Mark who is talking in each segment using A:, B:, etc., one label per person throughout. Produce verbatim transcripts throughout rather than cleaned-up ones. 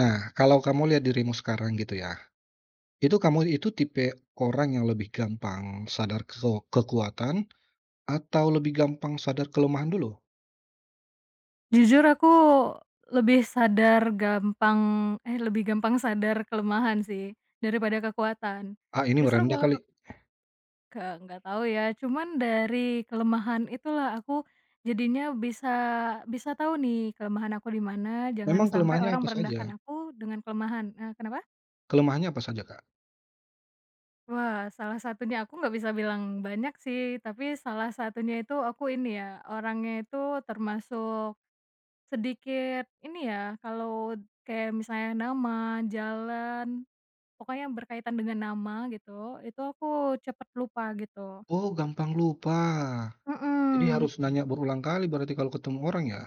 A: Nah, kalau kamu lihat dirimu sekarang gitu ya, itu kamu itu tipe orang yang lebih gampang sadar ke kekuatan atau lebih gampang sadar kelemahan dulu?
B: Jujur aku lebih sadar gampang eh, lebih gampang sadar kelemahan sih, daripada kekuatan.
A: Ah, ini
B: Justru
A: merendah
B: kalau
A: kali.
B: kek nggak nggak tahu ya, cuman dari kelemahan itulah aku jadinya bisa bisa tahu nih kelemahan aku di mana, jangan
A: Memang
B: sampai
A: kelemahannya
B: orang
A: apa saja?
B: merendahkan aku dengan kelemahan. Eee, kenapa?
A: Kelemahannya apa saja, Kak?
B: Wah, salah satunya aku nggak bisa bilang banyak sih, tapi salah satunya itu aku ini ya, orangnya itu termasuk, sedikit ini ya, kalau kayak misalnya nama, jalan, pokoknya berkaitan dengan nama gitu, itu aku cepet lupa gitu.
A: Oh, gampang lupa. Jadi
B: Mhm.
A: harus nanya berulang kali berarti kalau ketemu orang ya?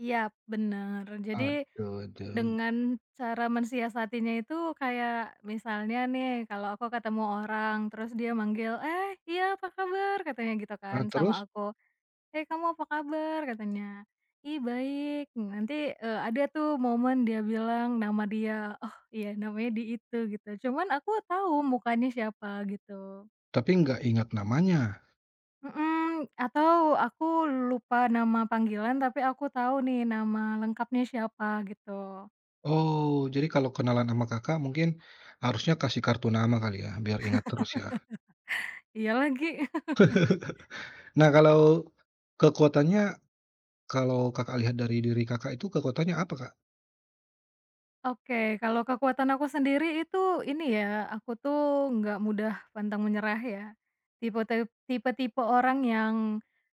B: Iya, bener. Jadi
A: Aduh, aduh.
B: dengan cara mensiasatinya itu kayak misalnya nih, kalau aku ketemu orang terus dia manggil, "Eh, iya apa kabar?" katanya gitu kan
A: Ah,
B: sama
A: terus?
B: aku. "Hei kamu apa kabar?" katanya. "Ih baik." Nanti, eee, ada tuh momen dia bilang nama dia, oh iya namanya di itu gitu, cuman aku tahu mukanya siapa gitu.
A: Tapi nggak ingat namanya.
B: Mhm, atau aku lupa nama panggilan tapi aku tahu nih nama lengkapnya siapa gitu.
A: Oh, jadi kalau kenalan sama kakak mungkin harusnya kasih kartu nama kali ya, biar ingat terus ya.
B: Iya lagi.
A: Nah, kalau kekuatannya. Kalau Kakak lihat dari diri Kakak itu kekuatannya apa, Kak?
B: Oke, kalau kekuatan aku sendiri itu ini ya, aku tuh nggak mudah pantang menyerah ya. Tipe tipe-tipe orang yang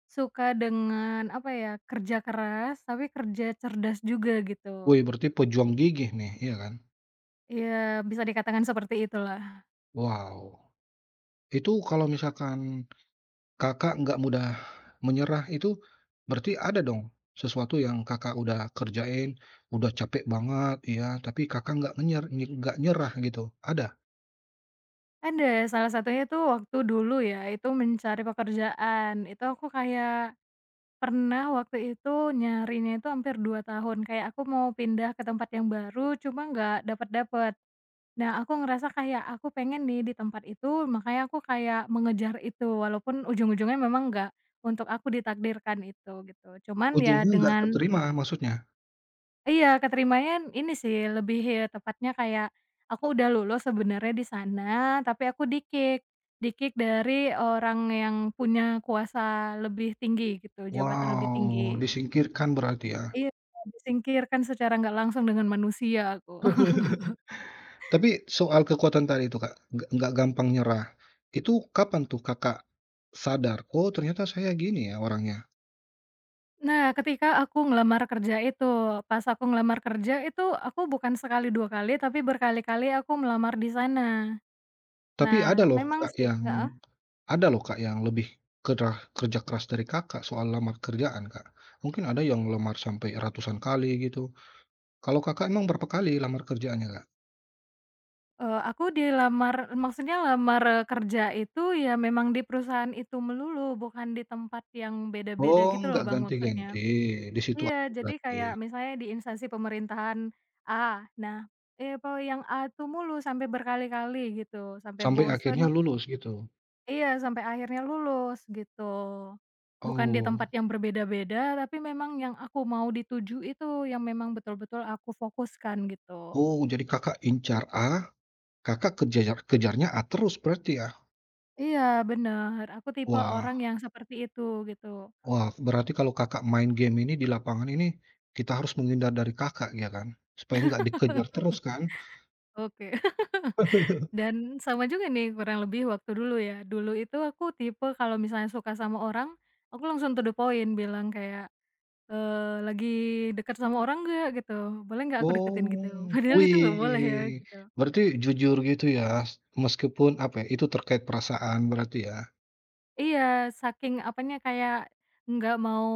B: suka dengan apa ya, kerja keras tapi kerja cerdas juga gitu.
A: Wih, berarti pejuang gigih nih, iya kan?
B: Ya bisa dikatakan seperti itulah.
A: Wow, itu kalau misalkan Kakak nggak mudah menyerah itu berarti ada dong sesuatu yang Kakak udah kerjain, udah capek banget iya, tapi Kakak nggak ngenyer nggak nyerah gitu, ada?
B: Ada, salah satunya itu waktu dulu ya, itu mencari pekerjaan. Itu aku kayak pernah waktu itu nyarinya itu hampir dua tahun, kayak aku mau pindah ke tempat yang baru cuma nggak dapet-dapet. Nah, aku ngerasa kayak aku pengen nih di tempat itu, makanya aku kayak mengejar itu, walaupun ujung-ujungnya memang nggak untuk aku ditakdirkan itu, gitu. Cuman ya
A: Ujungnya nggak
B: dengan
A: keterima maksudnya?
B: Iya, keterimanya ini sih, lebih ya tepatnya kayak aku udah lulus sebenarnya di sana, tapi aku dikik dikik dari orang yang punya kuasa lebih tinggi gitu, jabatan lebih tinggi.
A: Wow, disingkirkan berarti ya?
B: Iya, disingkirkan secara nggak langsung dengan manusia aku.
A: Tapi soal kekuatan tadi itu Kak, nggak nggak gampang nyerah, itu kapan tuh Kakak sadar, "Oh ternyata saya gini ya orangnya."
B: Nah, ketika aku ngelamar kerja itu, pas aku ngelamar kerja itu aku bukan sekali dua kali, tapi berkali-kali aku melamar di sana.
A: Tapi
B: Nah,
A: ada loh
B: memang
A: Kak
B: sih
A: yang
B: heeh,
A: ada loh Kak yang lebih kerah kerja keras dari Kakak soal lamar kerjaan Kak. Mungkin ada yang lamar sampai ratusan kali gitu. Kalau Kakak emang berapa kali lamar kerjaannya Kak?
B: eee, aku dilamar maksudnya lamar, eee, kerja itu ya memang di perusahaan itu melulu, bukan di tempat yang beda-beda
A: Oh
B: gitu loh,
A: nggak
B: Bang, maksudnya.
A: ganti-ganti, di situ
B: Iya,
A: aja
B: jadi
A: berarti.
B: kayak misalnya di instansi pemerintahan A, nah, eee, pe yang A itu mulu sampai berkali-kali gitu, sampai
A: Sampai akhirnya
B: bosen.
A: lulus gitu?
B: Iya, sampai akhirnya lulus gitu. Bukan di
A: Oh.
B: tempat yang berbeda-beda, tapi memang yang aku mau dituju itu yang memang betul-betul aku fokuskan gitu.
A: Oh jadi Kakak incar A, Kakak kejar kejarnya A terus berarti ya?
B: Iya, bener, aku tipe
A: Wah
B: orang yang seperti itu gitu.
A: wah, berarti kalau Kakak main game ini di lapangan ini, kita harus menghindar dari Kakak ya kan? Supaya nggak dikejar terus kan?
B: Oke. Dan sama juga nih kurang lebih waktu dulu ya. Dulu itu aku tipe kalau misalnya suka sama orang, aku langsung to the point bilang kayak, eee, "Lagi deket sama orang nggak?" Gitu, "Boleh nggak aku deketin?" Gitu.
A: Oh,
B: Padahal itu nggak boleh ya
A: wih,
B: gitu.
A: berarti jujur gitu ya, meskipun apa ya, itu terkait perasaan berarti ya?
B: Iya, saking apanya, kayak nggak mau,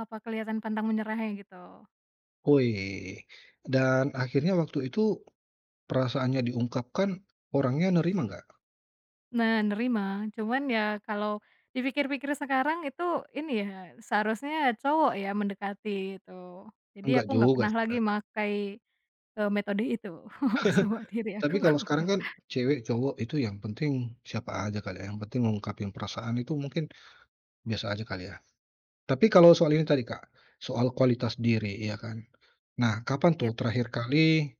B: apa, kelihatan pantang menyerahnya gitu.
A: Wih, dan akhirnya waktu itu perasaannya diungkapkan, orangnya nerima nggak?
B: Nah, nerima. Cuman ya kalau dipikir-pikir sekarang itu ini ya, seharusnya cowok ya mendekati itu. Jadi
A: Nggak
B: aku nggak
A: juga
B: pernah
A: sih,
B: lagi
A: Kak.
B: makai, eee, metode itu sama diri
A: Tapi
B: aku.
A: kalau sekarang kan cewek, cowok itu yang penting siapa aja kali ya, yang penting ngungkapin perasaan itu mungkin biasa aja kali ya? Tapi kalau soal ini tadi, Kak, soal kualitas diri, iya kan. Nah, kapan tuh
B: Yap,
A: terakhir kali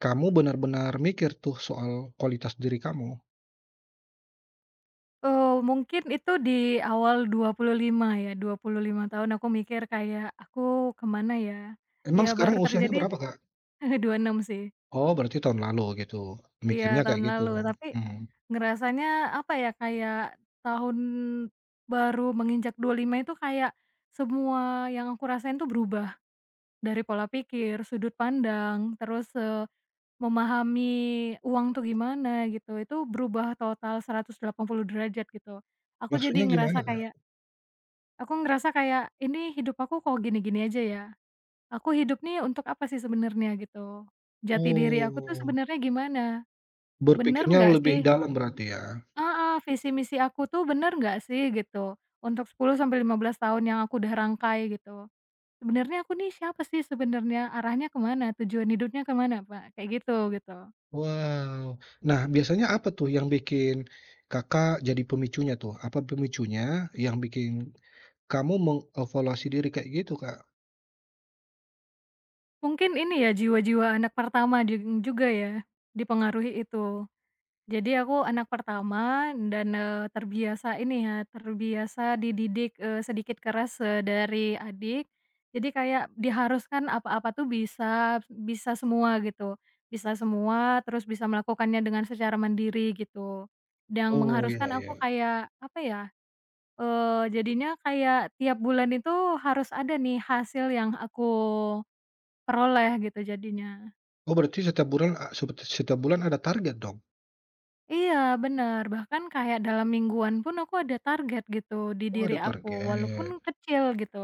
A: kamu benar-benar mikir tuh soal kualitas diri kamu?
B: eee, mungkin itu di awal dua puluh lima ya, dua puluh lima tahun aku mikir kayak, "Aku kemana ya?"
A: Emang
B: Ya
A: sekarang
B: baru
A: usianya
B: terjadi
A: berapa, Kak?
B: dua puluh enam sih.
A: Oh, berarti tahun lalu gitu, mikirnya
B: Iya
A: kayak
B: tahun
A: gitu,
B: lalu, tapi
A: mhm.
B: ngerasanya apa ya, kayak tahun baru menginjak dua puluh lima itu kayak semua yang aku rasain tuh berubah, dari pola pikir, sudut pandang, terus, eee, memahami uang tuh gimana gitu, itu berubah total seratus delapan puluh derajat gitu. Aku jadi
A: Maksudnya
B: ngerasa
A: gimana, Kak?
B: kayak aku ngerasa kayak, "Ini hidup aku kok gini-gini aja ya? Aku hidup nih untuk apa sih sebenarnya?" Gitu. Jati diri aku tuh
A: Oh,
B: sebenarnya gimana? Bener
A: berpikirnya
B: nggak
A: lebih
B: sih
A: dalam berarti ya?
B: Heeh, visi misi aku tuh bener nggak sih gitu, untuk sepuluh sampai lima belas tahun yang aku udah rangkai gitu. Sebenarnya aku nih siapa sih sebenarnya, arahnya kemana, tujuan hidupnya kemana Pak, kayak gitu gitu.
A: Wow. Nah, biasanya apa tuh yang bikin Kakak jadi pemicunya tuh? Apa pemicunya yang bikin kamu mengevaluasi diri kayak gitu, Kak?
B: Mungkin ini ya jiwa-jiwa anak pertama jug juga ya, dipengaruhi itu. Jadi aku anak pertama dan, eee, terbiasa ini ya, terbiasa dididik, eee, sedikit keras, eee, dari adik. Jadi kayak diharuskan apa-apa tuh bisa bisa semua gitu, bisa semua terus bisa melakukannya dengan secara mandiri gitu. Yang
A: Oh, iya
B: mengharuskan aku
A: iya.
B: kayak apa ya, eee, jadinya kayak tiap bulan itu harus ada nih hasil yang aku peroleh gitu jadinya.
A: Oh, berarti setiap bulan a sepet setiap bulan ada target dong?
B: Iya bener, bahkan kayak dalam mingguan pun aku ada target gitu di
A: Oh,
B: diri
A: ada
B: aku, walaupun
A: target.
B: kecil gitu,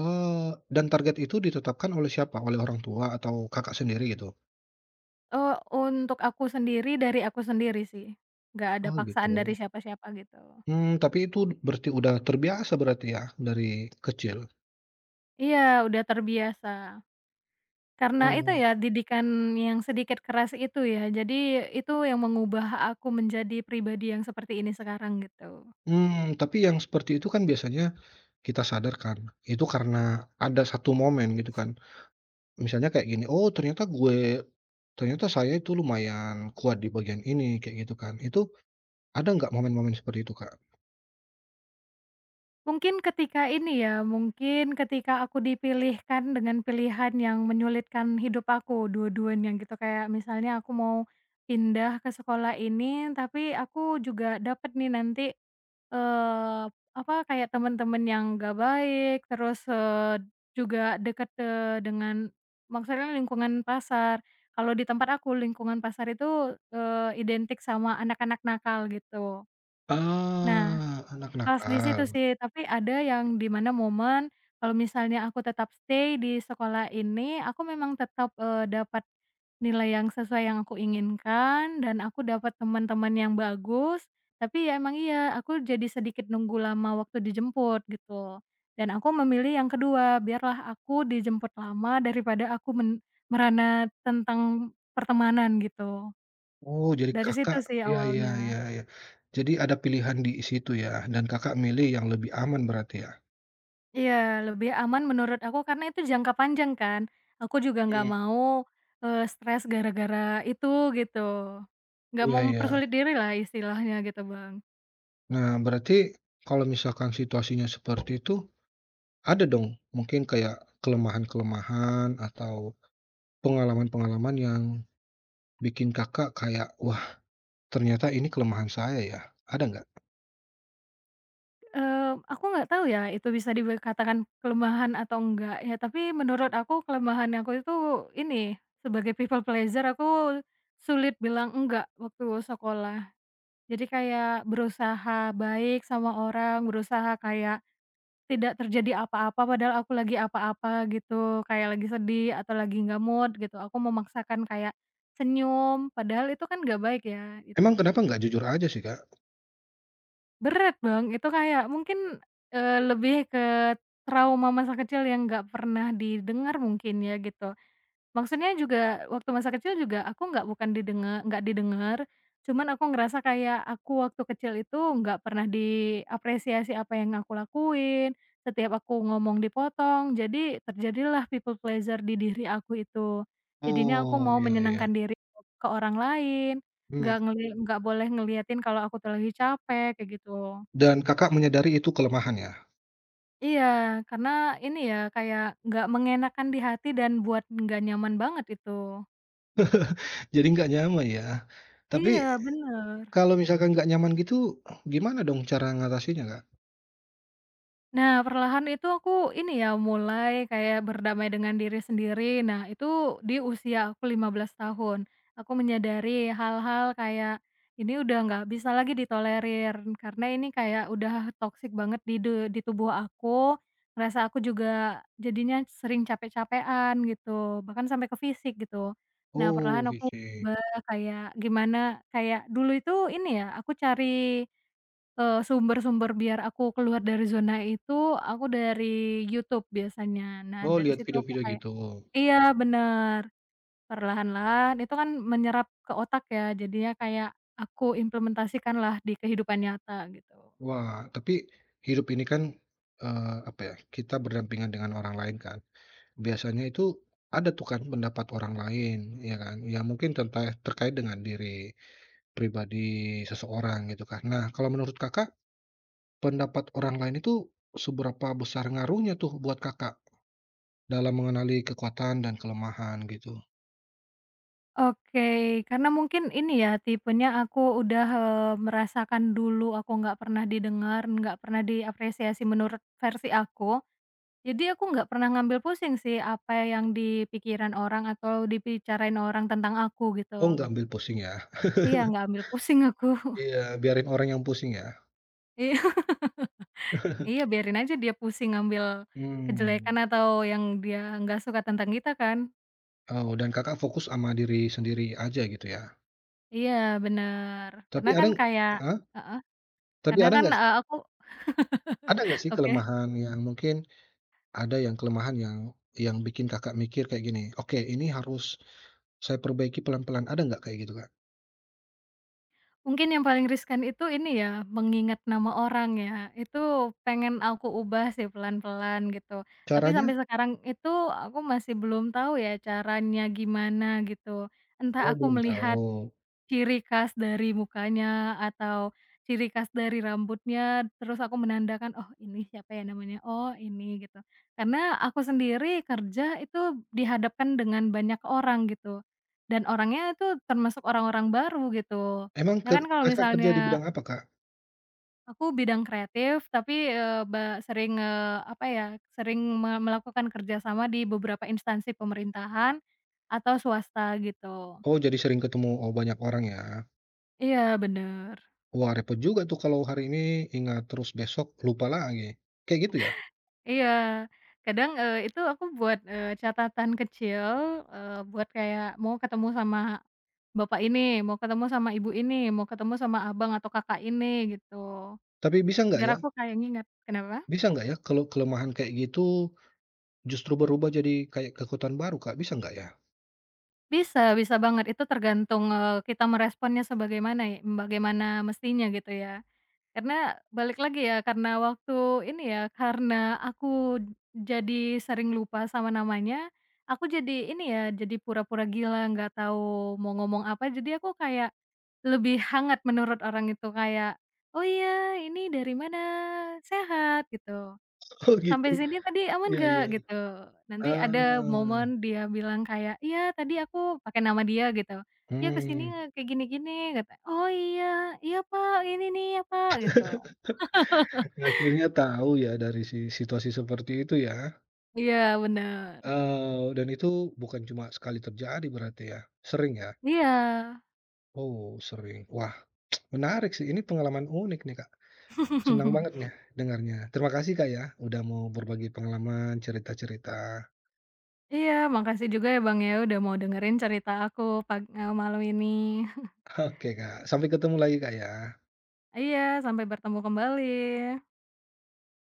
A: Oh, dan target itu ditetapkan oleh siapa? Oleh orang tua atau Kakak sendiri gitu?
B: eee, untuk aku sendiri, dari aku sendiri sih, nggak ada
A: Oh,
B: paksaan dari
A: gitu.
B: siapa-siapa gitu.
A: Mmm, tapi itu berarti udah terbiasa berarti ya dari kecil?
B: Iya, udah terbiasa, karena itu
A: Oh.
B: ya didikan yang sedikit keras itu ya, jadi itu yang mengubah aku menjadi pribadi yang seperti ini sekarang gitu.
A: Mmm, tapi yang seperti itu kan biasanya kita sadarkan, itu karena ada satu momen gitu kan. Misalnya kayak gini, "Oh, ternyata gue ternyata saya itu lumayan kuat di bagian ini," kayak gitu kan. Itu ada nggak momen-momen seperti itu, Kak?
B: Mungkin ketika ini ya, mungkin ketika aku dipilihkan dengan pilihan yang menyulitkan hidup aku dua-duanya gitu, kayak misalnya aku mau pindah ke sekolah ini, tapi aku juga dapat nih nanti, eee, apa, kayak teman-teman yang gak baik, terus, eee, juga dekat, eee, dengan maksudnya lingkungan pasar. Kalau di tempat aku lingkungan pasar itu, eee, identik sama anak-anak nakal gitu. Nah,
A: Ah, anak
B: pas di
A: nakal.
B: situ sih, tapi ada yang di mana momen kalau misalnya aku tetap stay di sekolah ini, aku memang tetap, eee, dapat nilai yang sesuai yang aku inginkan dan aku dapat teman-teman yang bagus, tapi ya emang iya, aku jadi sedikit nunggu lama waktu dijemput gitu. Dan aku memilih yang kedua, biarlah aku dijemput lama daripada aku men merana tentang pertemanan gitu.
A: Oh, jadi
B: Dari
A: Kakak
B: situ sih
A: iya iya
B: awalnya.
A: iya iya. Jadi ada pilihan di situ ya, dan Kakak milih yang lebih aman berarti ya?
B: Iya, lebih aman menurut aku karena itu jangka panjang kan. Aku juga nggak
A: Iya.
B: mau, eee, stres gara-gara itu gitu. Nggak
A: Iya
B: mau
A: iya.
B: mempersulit diri lah istilahnya gitu, Bang.
A: Nah, berarti kalau misalkan situasinya seperti itu, ada dong mungkin kayak kelemahan-kelemahan atau pengalaman-pengalaman yang bikin Kakak kayak, "Wah, ternyata ini kelemahan saya ya." Ada nggak?
B: Eee, aku nggak tahu ya itu bisa dikatakan kelemahan atau enggak ya, tapi menurut aku kelemahan aku itu ini, sebagai people pleaser aku sulit bilang enggak waktu sekolah. Jadi kayak berusaha baik sama orang, berusaha kayak tidak terjadi apa-apa padahal aku lagi apa-apa gitu, kayak lagi sedih atau lagi nggak mood gitu, aku memaksakan kayak senyum, padahal itu kan nggak baik ya, itu
A: Emang kenapa nggak jujur aja sih, Kak?
B: berat Bang, itu kayak mungkin, eee, lebih ke trauma masa kecil yang nggak pernah didengar mungkin ya gitu. Maksudnya juga waktu masa kecil juga aku nggak bukan didengar nggak didengar, cuman aku ngerasa kayak aku waktu kecil itu nggak pernah diapresiasi apa yang aku lakuin, setiap aku ngomong dipotong, jadi terjadilah people pleasure di diri aku itu. Jadinya aku
A: Oh,
B: mau
A: iya iya.
B: menyenangkan diri ke orang lain,
A: Hmm.
B: nggak ngeli nggak boleh ngeliatin kalau aku tuh lagi capek, kayak gitu.
A: Dan Kakak menyadari itu kelemahan ya?
B: Iya, karena ini ya, kayak nggak mengenakan di hati dan buat nggak nyaman banget itu.
A: Jadi nggak nyaman ya. Tapi
B: Iya, bener.
A: kalau misalkan nggak nyaman gitu, gimana dong cara ngatasinnya, Kak?
B: Nah, perlahan itu aku ini ya, mulai kayak berdamai dengan diri sendiri. Nah, itu di usia aku lima belas tahun. Aku menyadari hal-hal kayak ini udah nggak bisa lagi ditolerir karena ini kayak udah toksik banget di de- di tubuh aku. Ngerasa aku juga jadinya sering capek capean gitu, bahkan sampai ke fisik gitu. Nah,
A: Oh,
B: perlahan aku
A: sih.
B: ubah kayak gimana kayak dulu itu ini ya, aku cari Eee, sumber-sumber biar aku keluar dari zona itu, aku dari YouTube biasanya. Nah,
A: Oh,
B: dari
A: lihat
B: situ aku
A: video-video
B: kayak
A: gitu.
B: iya, bener. Perlahan-lahan itu kan menyerap ke otak ya, jadinya kayak aku implementasikanlah di kehidupan nyata, gitu.
A: Wah, tapi hidup ini kan, eee, apa ya, kita berdampingan dengan orang lain kan. Biasanya itu ada tuh kan pendapat orang lain, ya kan. Ya mungkin tenta terkait dengan diri pribadi seseorang gitu kan. Nah, kalau menurut Kakak, pendapat orang lain itu seberapa besar ngaruhnya tuh buat Kakak? Dalam mengenali kekuatan dan kelemahan gitu.
B: Oke, karena mungkin ini ya, tipenya aku udah, eee, merasakan dulu aku nggak pernah didengar, nggak pernah diapresiasi menurut versi aku. Jadi aku nggak pernah ngambil pusing sih apa yang di pikiran orang atau dibicarain orang tentang aku
A: Oh,
B: gitu.
A: nggak ambil pusing ya?
B: Iya, nggak ambil pusing aku.
A: Iya, biarin orang yang pusing ya?
B: Iya iya, biarin aja dia pusing ngambil
A: Mmm,
B: kejelekan atau yang dia nggak suka tentang kita kan.
A: oh, dan Kakak fokus sama diri sendiri aja gitu ya?
B: Iya, bener.
A: Tapi
B: Karena
A: ada
B: kan kayak
A: heeh,
B: heeh,
A: tapi
B: karena
A: ada
B: kan,
A: nggak
B: eee, aku
A: ada nggak sih
B: oke.
A: kelemahan yang mungkin ada yang kelemahan yang yang bikin Kakak mikir kayak gini, "Oke, ini harus saya perbaiki pelan-pelan." Ada nggak kayak gitu, Kak?
B: Mungkin yang paling riskan itu ini ya, mengingat nama orang ya, itu pengen aku ubah sih pelan-pelan gitu. Tapi
A: Caranya
B: sampai sekarang itu aku masih belum tahu ya caranya gimana gitu.
A: oh,
B: Entah aku
A: belum
B: melihat
A: tahu.
B: ciri khas dari mukanya atau ciri khas dari rambutnya, terus aku menandakan, "Oh ini siapa ya namanya? Oh ini," gitu. Karena aku sendiri kerja itu dihadapkan dengan banyak orang gitu, dan orangnya itu termasuk orang-orang baru gitu.
A: Emang
B: Nah
A: ker
B: kan kalau
A: Kakak kerja di
B: misalnya
A: bidang apa, Kak?
B: aku bidang kreatif tapi, eee, ba sering, eee, apa ya, sering me melakukan kerjasama di beberapa instansi pemerintahan atau swasta gitu.
A: Oh, jadi sering ketemu oh, banyak orang ya?
B: Iya bener.
A: Wah, repot juga tuh kalau hari ini ingat, terus besok lupa lagi, kayak gitu ya?
B: Iya, kadang, eee, itu aku buat, eee, catatan kecil, eee, buat kayak mau ketemu sama bapak ini, mau ketemu sama ibu ini, mau ketemu sama abang atau kakak ini gitu,
A: Tapi bisa nggak
B: biar
A: ya
B: aku kayak ngingat. Kenapa?
A: bisa nggak ya kalau kelemahan kayak gitu justru berubah jadi kayak kekuatan baru, Kak, bisa nggak ya?
B: Bisa bisa banget, itu tergantung, eee, kita meresponnya sebagaimana ya bagaimana mestinya gitu ya. Karena balik lagi ya, karena waktu ini ya, karena aku jadi sering lupa sama namanya, aku jadi ini ya, jadi pura-pura gila, nggak tahu mau ngomong apa, jadi aku kayak lebih hangat menurut orang itu, kayak, "Oh iya, ini dari mana? Sehat?" Gitu,
A: Oh gitu,
B: "Sampai sini tadi aman
A: iya
B: nggak?"
A: iya.
B: Gitu. Nanti ada
A: Ah,
B: momen dia bilang kayak, "Iya, tadi aku" pakai nama dia gitu, "Iya, kesini
A: Hmm.
B: kayak gini-gini," kata, "Oh iya, iya Pak, ini nih ya Pak," gitu.
A: akhirnya tahu ya dari si situasi seperti itu ya,
B: Iya bener,
A: eee, dan itu bukan cuma sekali terjadi berarti ya? Sering ya?
B: iya.
A: Oh sering. Wah menarik sih, ini pengalaman unik nih, Kak. Senang banget nih dengarnya. Terima kasih, Kak, ya, udah mau berbagi pengalaman, cerita-cerita.
B: Iya makasih juga ya Bang ya udah mau dengerin cerita aku pag eee, malam ini.
A: Oke, Kak, sampai ketemu lagi, Kak, ya.
B: Iya sampai bertemu kembali.